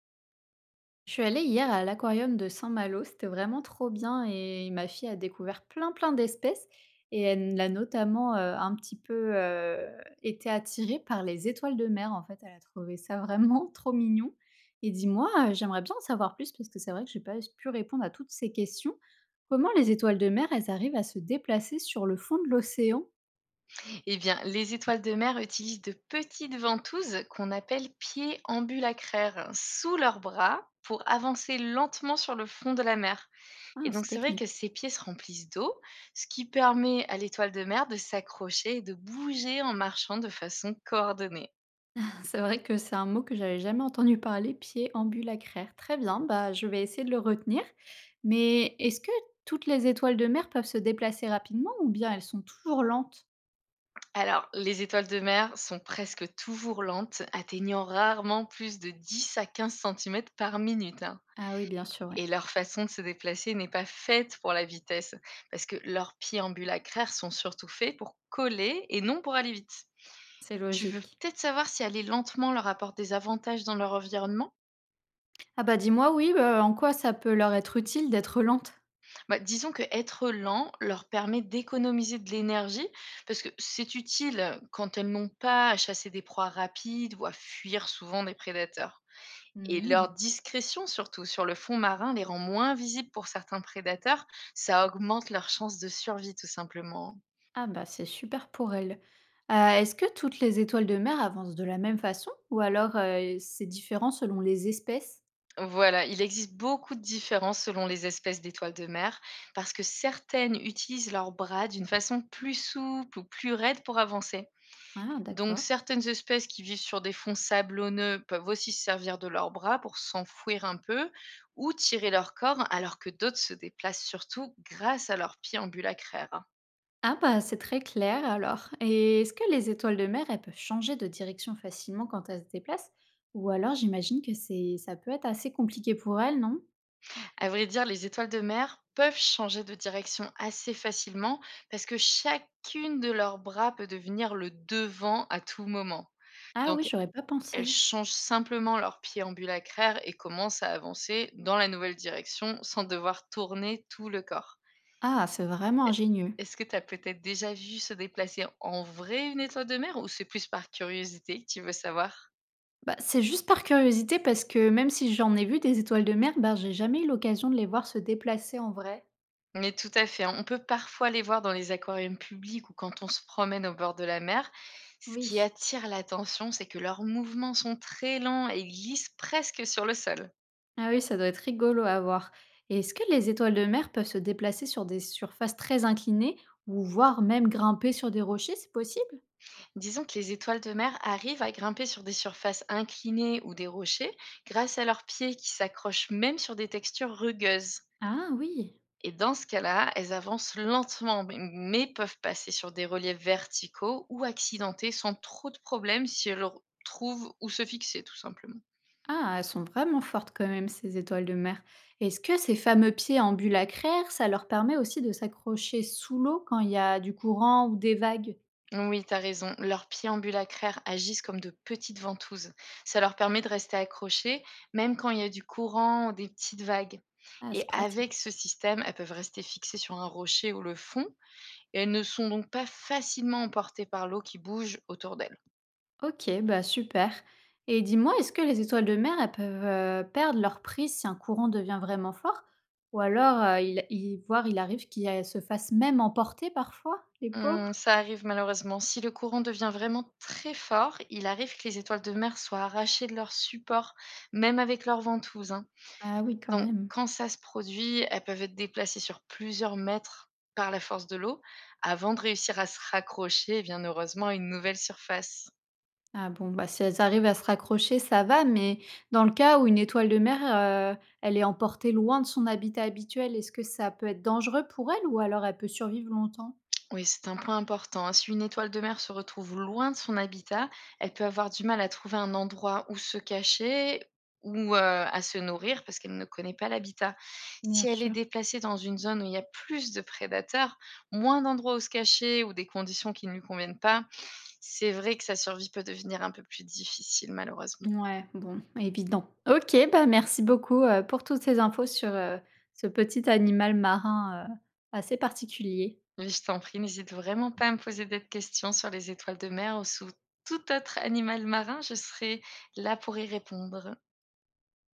Je suis allée hier à l'aquarium de Saint-Malo, c'était vraiment trop bien et ma fille a découvert plein plein d'espèces et elle a notamment un petit peu été attirée par les étoiles de mer en fait, elle a trouvé ça vraiment trop mignon. Et dis-moi, j'aimerais bien en savoir plus parce que c'est vrai que j'ai pas pu répondre à toutes ces questions. Comment les étoiles de mer, elles arrivent à se déplacer sur le fond de l'océan? Eh bien, les étoiles de mer utilisent de petites ventouses qu'on appelle pieds ambulacraires sous leurs bras pour avancer lentement sur le fond de la mer. Ah, Et donc, c'est c'est vrai que technique. ces pieds se remplissent d'eau, ce qui permet à l'étoile de mer de s'accrocher et de bouger en marchant de façon coordonnée. C'est vrai que c'est un mot que j'avais jamais entendu parler, pied ambulacraire. Très bien, bah, je vais essayer de le retenir. Mais est-ce que toutes les étoiles de mer peuvent se déplacer rapidement ou bien elles sont toujours lentes? Alors, les étoiles de mer sont presque toujours lentes, atteignant rarement plus de 10 à 15 cm par minute, hein. Ah oui, bien sûr, ouais. Et leur façon de se déplacer n'est pas faite pour la vitesse, parce que leurs pieds ambulacraires sont surtout faits pour coller et non pour aller vite. C'est Tu veux logique. peut-être savoir si aller lentement leur apporte des avantages dans leur environnement? Ah bah dis-moi, oui, bah, en quoi ça peut leur être utile d'être lentes? Bah, disons que être lent leur permet d'économiser de l'énergie, parce que c'est utile quand elles n'ont pas à chasser des proies rapides ou à fuir souvent des prédateurs. Et leur Hmm. discrétion, surtout sur le fond marin, les rend moins visibles pour certains prédateurs. Ça augmente leur chance de survie, tout simplement. Ah bah c'est super pour elles. Est-ce que toutes les étoiles de mer avancent de la même façon ou alors c'est différent selon les espèces? Voilà, il existe beaucoup de différences selon les espèces d'étoiles de mer, parce que certaines utilisent leurs bras d'une façon plus souple ou plus raide pour avancer. Ah Donc, d'accord. certaines espèces qui vivent sur des fonds sablonneux peuvent aussi se servir de leurs bras pour s'enfouir un peu ou tirer leur corps, alors que d'autres se déplacent surtout grâce à leurs pieds ambulacraires. Ah bah, c'est très clair alors. Et est-ce que les étoiles de mer, elles peuvent changer de direction facilement quand elles se déplacent? Ou alors j'imagine que c'est ça peut être assez compliqué pour elles, non? À vrai dire, les étoiles de mer peuvent changer de direction assez facilement, parce que chacune de leurs bras peut devenir le devant à tout moment. Ah oui, Donc j'aurais pas elles pensé. changent simplement leur pied ambulacraire et commencent à avancer dans la nouvelle direction sans devoir tourner tout le corps. Ah, c'est vraiment E ingénieux. est-ce que tu as peut-être déjà vu se déplacer en vrai une étoile de mer, ou c'est plus par curiosité que tu veux savoir? Bah, c'est juste par curiosité parce que même si j'en ai vu des étoiles de mer, bah, j'ai jamais eu l'occasion de les voir se déplacer en vrai. Mais tout à fait, hein, on peut parfois les voir dans les aquariums publics ou quand on se promène au bord de la mer. Ce qui Oui. attire l'attention, c'est que leurs mouvements sont très lents et glissent presque sur le sol. Ah oui, ça doit être rigolo à voir. Et est-ce que les étoiles de mer peuvent se déplacer sur des surfaces très inclinées ou voire même grimper sur des rochers, c'est possible? Disons que les étoiles de mer arrivent à grimper sur des surfaces inclinées ou des rochers grâce à leurs pieds qui s'accrochent même sur des textures rugueuses. Ah oui. Et dans ce cas-là, elles avancent lentement, mais peuvent passer sur des reliefs verticaux ou accidentés sans trop de problèmes si elles trouvent où se fixer tout simplement. Ah, elles sont vraiment fortes quand même, ces étoiles de mer. Est-ce que ces fameux pieds en ambulacraires, ça leur permet aussi de s'accrocher sous l'eau quand il y a du courant ou des vagues? Oui, t'as raison. Leurs pieds préambulacraires agissent comme de petites ventouses. Ça leur permet de rester accrochés, même quand il y a du courant ou des petites vagues. Ah, c'est Et pratique. avec ce système, elles peuvent rester fixées sur un rocher ou le fond, et elles ne sont donc pas facilement emportées par l'eau qui bouge autour d'elles. Ok, bah super. Et dis-moi, est-ce que les étoiles de mer, elles peuvent perdre leur prise si un courant devient vraiment fort? Ou alors, voire il arrive qu'elles se fassent même emporter parfois, les pauvres? Ça arrive malheureusement. Si le courant devient vraiment très fort, il arrive que les étoiles de mer soient arrachées de leur support, même avec leurs ventouses, hein. Ah oui, quand Donc, même. quand ça se produit, elles peuvent être déplacées sur plusieurs mètres par la force de l'eau, avant de réussir à se raccrocher, bien heureusement, à une nouvelle surface. Ah bon, bah, si elles arrivent à se raccrocher, ça va, mais dans le cas où une étoile de mer, elle est emportée loin de son habitat habituel, est-ce que ça peut être dangereux pour elle ou alors elle peut survivre longtemps? Oui, c'est un point important, hein. Si une étoile de mer se retrouve loin de son habitat, elle peut avoir du mal à trouver un endroit où se cacher ou à se nourrir, parce qu'elle ne connaît pas l'habitat. Bien Si elle est sûr. déplacée dans une zone où il y a plus de prédateurs, moins d'endroits où se cacher ou des conditions qui ne lui conviennent pas, c'est vrai que sa survie peut devenir un peu plus difficile, malheureusement. Ouais, bon, évident. OK, bah, merci beaucoup, pour toutes ces infos sur, ce petit animal marin, assez particulier. Mais je t'en prie, n'hésite vraiment pas à me poser d'autres questions sur les étoiles de mer ou sous tout autre animal marin, je serai là pour y répondre.